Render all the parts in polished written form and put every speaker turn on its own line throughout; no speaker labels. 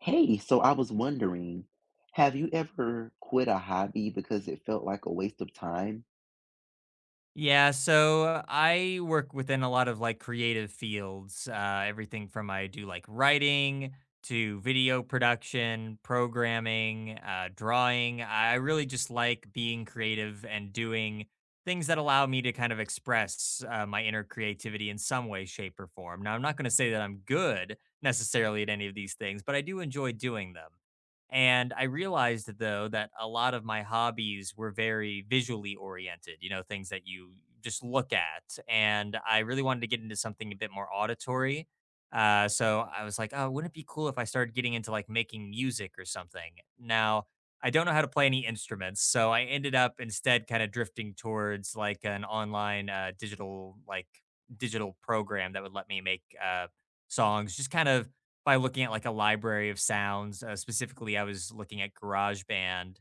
Hey, so I was wondering, have you ever quit a hobby because it felt like a waste of time?
Yeah, so I work within a lot of like creative fields. Everything from I do like writing to video production, programming, drawing. I really just like being creative and doing things that allow me to kind of express my inner creativity in some way, shape, or form. Now, I'm not going to say that I'm good necessarily at any of these things, but I do enjoy doing them. And I realized though that a lot of my hobbies were very visually oriented, you know, things that you just look at. And I really wanted to get into something a bit more auditory. So I was like, oh, wouldn't it be cool if I started getting into like making music or something? Now, I don't know how to play any instruments. So I ended up instead kind of drifting towards like an online digital, digital program that would let me make songs, just kind of by looking at like a library of sounds. Specifically, I was looking at GarageBand,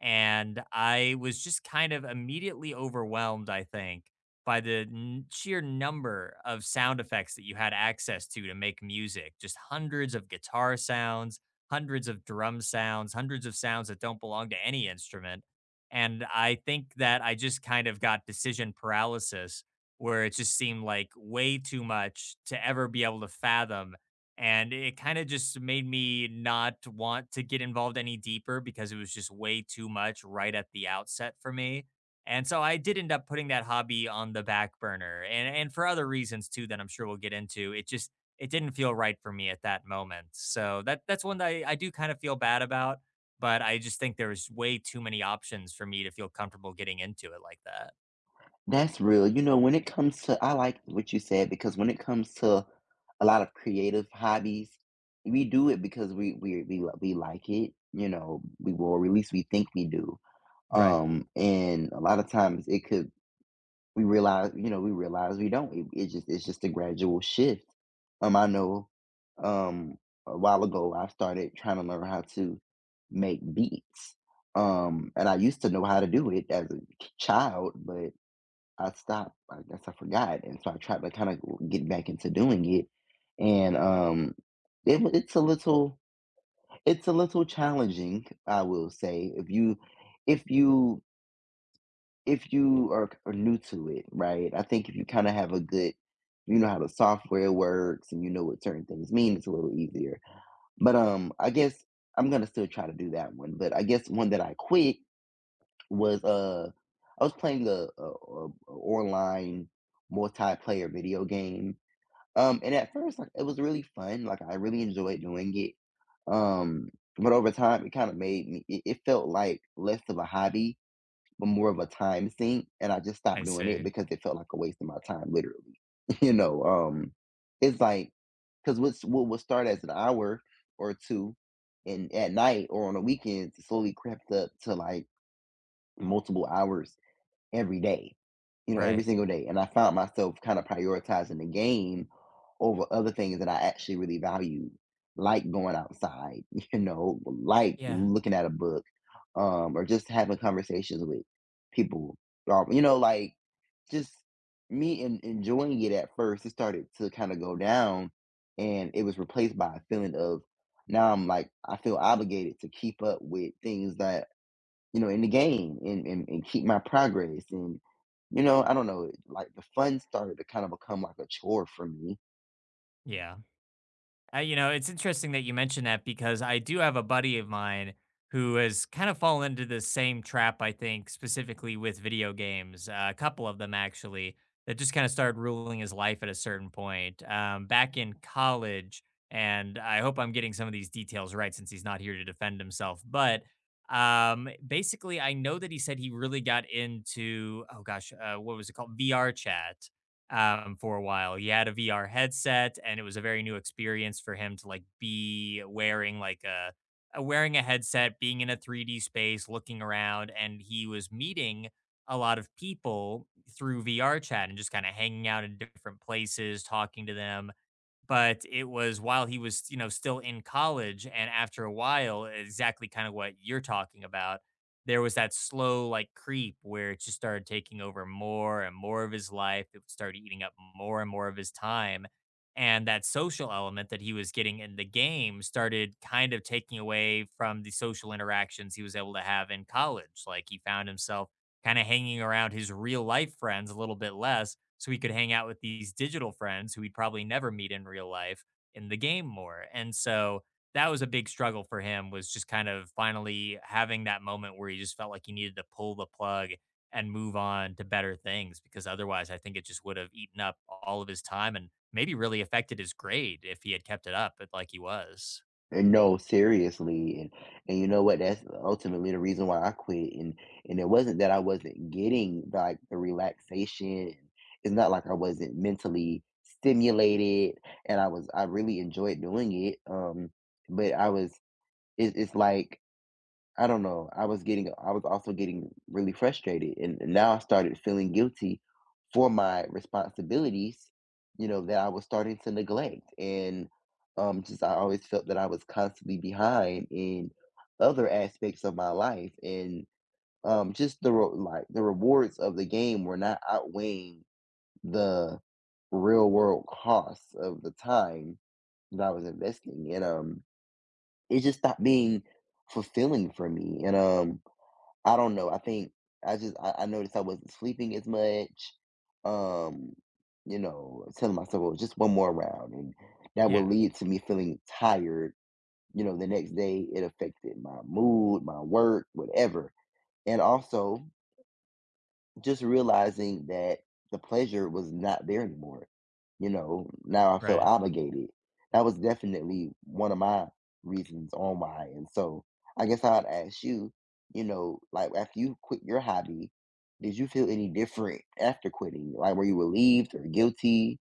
and I was just kind of immediately overwhelmed, I think, by the sheer number of sound effects that you had access to make music. Just hundreds of guitar sounds, hundreds of drum sounds, hundreds of sounds that don't belong to any instrument. And I think that I just kind of got decision paralysis where it just seemed like way too much to ever be able to fathom, and it kind of just made me not want to get involved any deeper because it was just way too much right at the outset for me. And so I did end up putting that hobby on the back burner, and for other reasons too that I'm sure we'll get into. It just it didn't feel right for me at that moment. So that's one that I do kind of feel bad about, but I just think there was way too many options for me to feel comfortable getting into it like that.
That's real. You know, when it comes to, I like what you said because when it comes to a lot of creative hobbies, we do it because we like it. You know, we will, or at least we think we do.
Right.
And a lot of times it could. We realize, you know, we realize we don't. It's just it's just a gradual shift. Um, I know, um, a while ago I started trying to learn how to make beats. And I used to know how to do it as a child, but I stopped. I guess I forgot, and so I tried to kind of get back into doing it. And it, wa- it's a little, it's a little challenging, I will say. If you if you are new to it, right? I think if you kind of have a good, you know how the software works and you know what certain things mean, it's a little easier. But I guess I'm gonna still try to do that one. But I guess one that I quit was I was playing a online multiplayer video game. And at first, like it was really fun. Like I really enjoyed doing it. Um, but over time, it kind of made me. It felt like less of a hobby but more of a time sink, and I just
I
stopped doing it
see.
because it felt like a waste of my time, literally. you know, um, it's like because what will start as an hour or two, and at night or on the weekends, it slowly crept up to like multiple hours every day, you know, every
Right.
single day. And I found myself kind of prioritizing the game over other things that I actually really valued, like going outside, you know, like
Yeah.
looking at a book, or just having conversations with people. You know, like just me enjoying it at first, it started to kind of go down and it was replaced by a feeling of now I'm like, I feel obligated to keep up with things that, you know, in the game, and keep my progress. And, you know, I don't know, like the fun started to kind of become like a chore for me.
Yeah. You know, it's interesting that you mentioned that because I do have a buddy of mine who has kind of fallen into the same trap, I think, specifically with video games, a couple of them actually, that just kind of started ruling his life at a certain point back in college. And I hope I'm getting some of these details right since he's not here to defend himself. But basically, I know that he said he really got into, oh gosh, what was it called? VR chat for a while. He had a VR headset, and it was a very new experience for him to like be wearing like a headset, being in a 3D space, looking around, and he was meeting a lot of people through VR chat and just kind of hanging out in different places, talking to them. But it was while he was, you know, still in college, and after a while, exactly kind of what you're talking about, there was that slow, like, creep where it just started taking over more and more of his life. It started eating up more and more of his time. And that social element that he was getting in the game started kind of taking away from the social interactions he was able to have in college. Like, he found himself kind of hanging around his real life friends a little bit less so he could hang out with these digital friends who he'd probably never meet in real life in the game more. And so that was a big struggle for him, was just kind of finally having that moment where he just felt like he needed to pull the plug and move on to better things, because otherwise I think it just would have eaten up all of his time and maybe really affected his grade if he had kept it up, but like he was.
And no, seriously. And you know what? That's ultimately the reason why I quit. And it wasn't that I wasn't getting like the relaxation. It's not like I wasn't mentally stimulated and I really enjoyed doing it. But I was it's like I don't know. I was getting I was also getting really frustrated, and now I started feeling guilty for my responsibilities, you know, that I was starting to neglect. And just I always felt that I was constantly behind in other aspects of my life, and like the rewards of the game were not outweighing the real world costs of the time that I was investing, and it just stopped being fulfilling for me. And I don't know. I think I noticed I wasn't sleeping as much. Um, you know, telling myself, well, just one more round, and that will
Yeah,
lead to me feeling tired. You know, the next day it affected my mood, my work, whatever, and also just realizing that the pleasure was not there anymore. You know, now I felt
right.
obligated. That was definitely one of my reasons on why. And so I guess I'd ask you, you know, like after you quit your hobby, did you feel any different after quitting? Like were you relieved or guilty?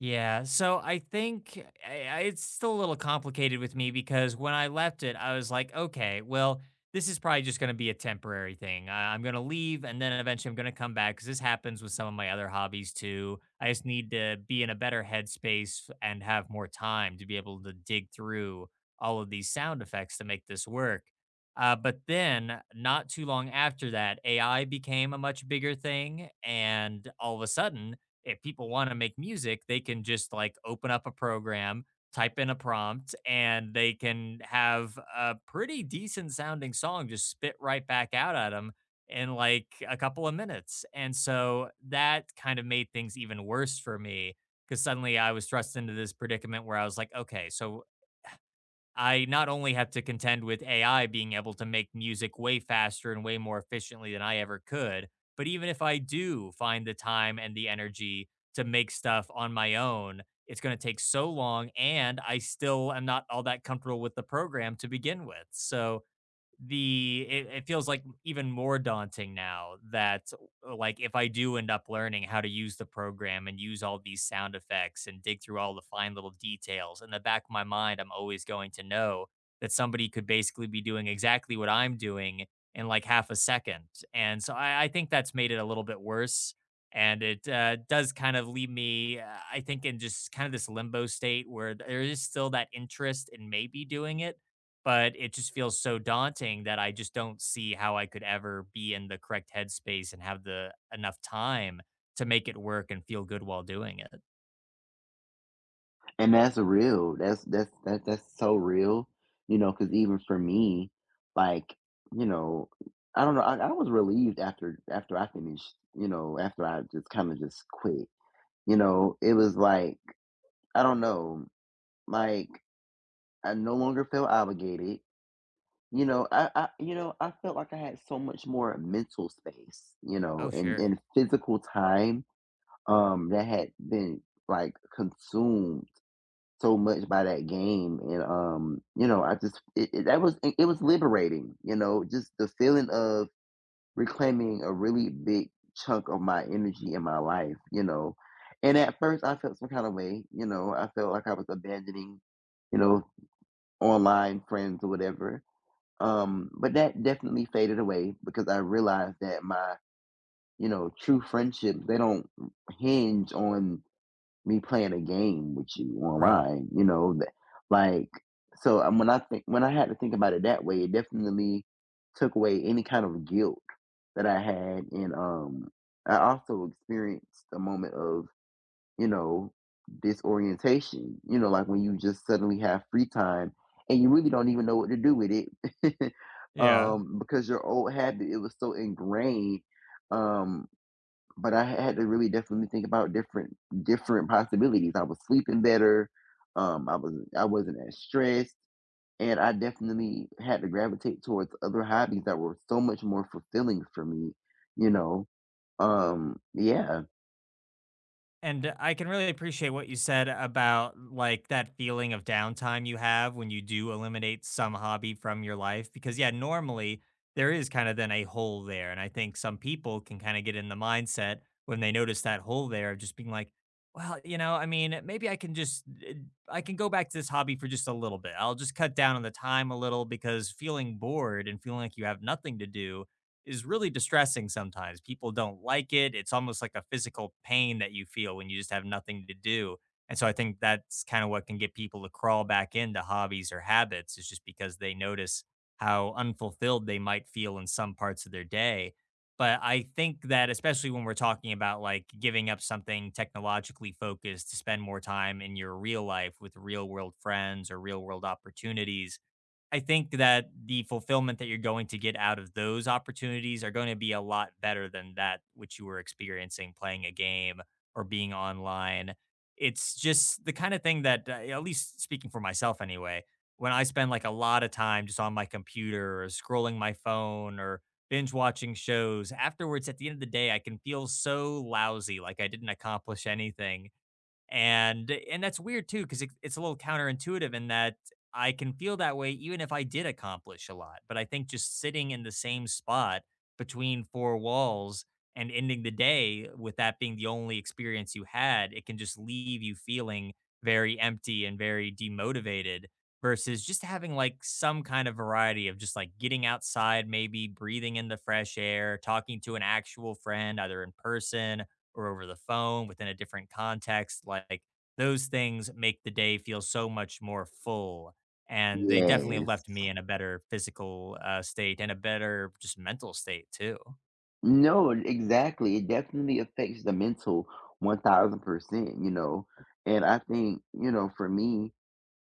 Yeah, so I think I, it's still a little complicated with me because when I left it, I was like, okay, well, this is probably just going to be a temporary thing. I'm going to leave and then eventually I'm going to come back because this happens with some of my other hobbies too. I just need to be in a better headspace and have more time to be able to dig through all of these sound effects to make this work. But then, not too long after that, AI became a much bigger thing. And all of a sudden, if people want to make music, they can just like open up a program, type in a prompt, and they can have a pretty decent sounding song just spit right back out at them in like a couple of minutes. And so that kind of made things even worse for me because suddenly I was thrust into this predicament where I was like, okay, so I not only have to contend with AI being able to make music way faster and way more efficiently than I ever could, but even if I do find the time and the energy to make stuff on my own, it's going to take so long and I still am not all that comfortable with the program to begin with. So, it feels like even more daunting now that like if I do end up learning how to use the program and use all these sound effects and dig through all the fine little details, in the back of my mind I'm always going to know that somebody could basically be doing exactly what I'm doing in like half a second. And so I think that's made it a little bit worse, and it does kind of leave me I think in just kind of this limbo state where there is still that interest in maybe doing it, but it just feels so daunting that I just don't see how I could ever be in the correct headspace and have the enough time to make it work and feel good while doing it.
And that's real. That's so real, you know. Because even for me, like, you know, I don't know, I was relieved after I finished, you know, after I just kinda just quit, you know? It was like, I don't know, like, I no longer felt obligated, you know? I felt like I had so much more mental space, you
Oh,
know,
sure.
and physical time, that had been, like, consumed so much by that game. And you know I just it, it, that was it was liberating, you know, just the feeling of reclaiming a really big chunk of my energy in my life, you know. And at first I felt some kind of way, you know. I felt like I was abandoning, you know, online friends or whatever. But that definitely faded away because I realized that my, you know, true friendships, they don't hinge on me playing a game with you
Right.
online, you know, that like. So when I think when I had to think about it that way, it definitely took away any kind of guilt that I had. And I also experienced a moment of, you know, disorientation, you know, like when you just suddenly have free time and you really don't even know what to do with it.
Yeah.
Because your old habit, it was so ingrained. um but I had to really definitely think about different possibilities. I was sleeping better. I wasn't as stressed, and I definitely had to gravitate towards other hobbies that were so much more fulfilling for me. You know, yeah,
And I can really appreciate what you said about like that feeling of downtime you have when you do eliminate some hobby from your life. Because, yeah, normally there is kind of then a hole there. And I think some people can kind of get in the mindset when they notice that hole there of just being like, well, you know, I mean, maybe I can just, eh, I can go back to this hobby for just a little bit. I'll just cut down on the time a little, because feeling bored and feeling like you have nothing to do is really distressing sometimes. People don't like it. It's almost like a physical pain that you feel when you just have nothing to do. And so I think that's kind of what can get people to crawl back into hobbies or habits, is just because they notice how unfulfilled they might feel in some parts of their day. But I think that especially when we're talking about like giving up something technologically focused to spend more time in your real life with real world friends or real world opportunities, I think that the fulfillment that you're going to get out of those opportunities are going to be a lot better than that which you were experiencing playing a game or being online. It's just the kind of thing that, at least speaking for myself anyway, when I spend like a lot of time just on my computer or scrolling my phone or binge watching shows, afterwards, at the end of the day, I can feel so lousy, like I didn't accomplish anything. And that's weird too, 'cause it's a little counterintuitive in that I can feel that way even if I did accomplish a lot. But I think just sitting in the same spot between four walls and ending the day with that being the only experience you had, it can just leave you feeling very empty and very demotivated, versus just having like some kind of variety of just like getting outside, maybe breathing in the fresh air, talking to an actual friend, either in person or over the phone within a different context, like those things make the day feel so much more full. And they definitely have
yes,
left me in a better physical state and a better just mental state too.
no, exactly. It definitely affects the mental 1000%. You know, and I think, you know, for me,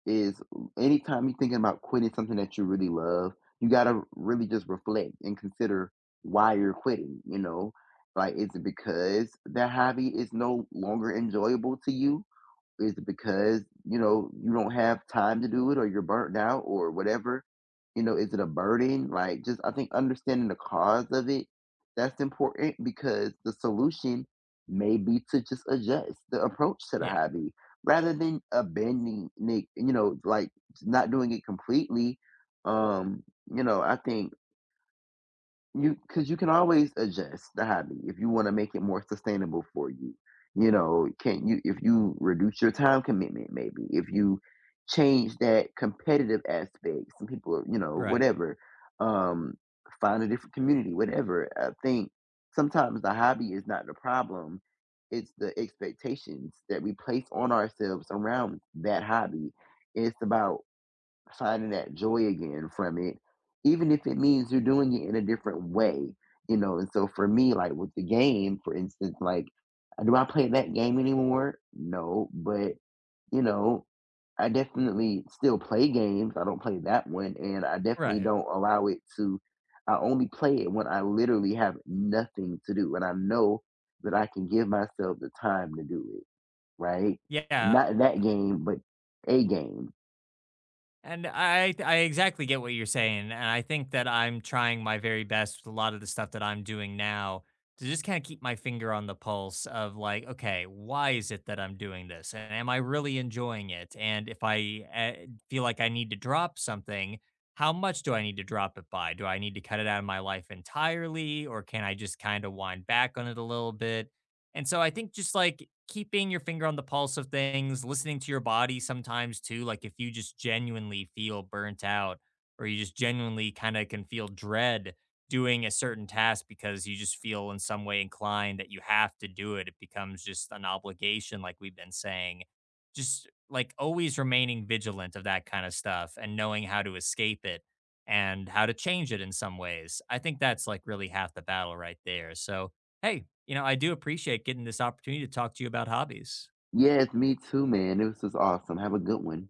is anytime you're thinking about quitting something that you really love, you gotta really just reflect and consider why you're quitting. You know, like is it because that hobby is no longer enjoyable to you? Is it because, you know, you don't have time to do it, or you're burnt out or whatever? You know, is it a burden? Like, just I think understanding the cause of it, that's important because the solution may be to just adjust the approach to the
Yeah.
hobby rather than abandoning it, you know, like not doing it completely. You know, I think you, because you can always adjust the hobby if you want to make it more sustainable for you. You know, can you, if you reduce your time commitment, maybe if you change that competitive aspect. Some people, are, you know,
Right.
whatever. Um, Find a different community, whatever. I think sometimes the hobby is not the problem; it's the expectations that we place on ourselves around that hobby. It's about finding that joy again from it, even if it means you're doing it in a different way, you know. And so for me, like with the game, for instance, like do I play that game anymore? No, but you know, I definitely still play games. I don't play that one, and I definitely
Right.
don't allow it to. I only play it when I literally have nothing to do, and I know that I can give myself the time to do it. Right?
Yeah.
Not that game, but a game.
And I exactly get what you're saying, and I think that I'm trying my very best with a lot of the stuff that I'm doing now to just kind of keep my finger on the pulse of like, okay, why is it that I'm doing this, and am I really enjoying it? And if I feel like I need to drop something, how much do I need to drop it by? Do I need to cut it out of my life entirely, or can I just kind of wind back on it a little bit? And so I think just like keeping your finger on the pulse of things, listening to your body sometimes too, like if you just genuinely feel burnt out or you just genuinely kind of can feel dread doing a certain task because you just feel in some way inclined that you have to do it, it becomes just an obligation, like we've been saying. Just like always remaining vigilant of that kind of stuff and knowing how to escape it and how to change it in some ways. I think that's like really half the battle right there. So, hey, you know, I do appreciate getting this opportunity to talk to you about hobbies.
Yes, me too, man. This was awesome. Have a good one.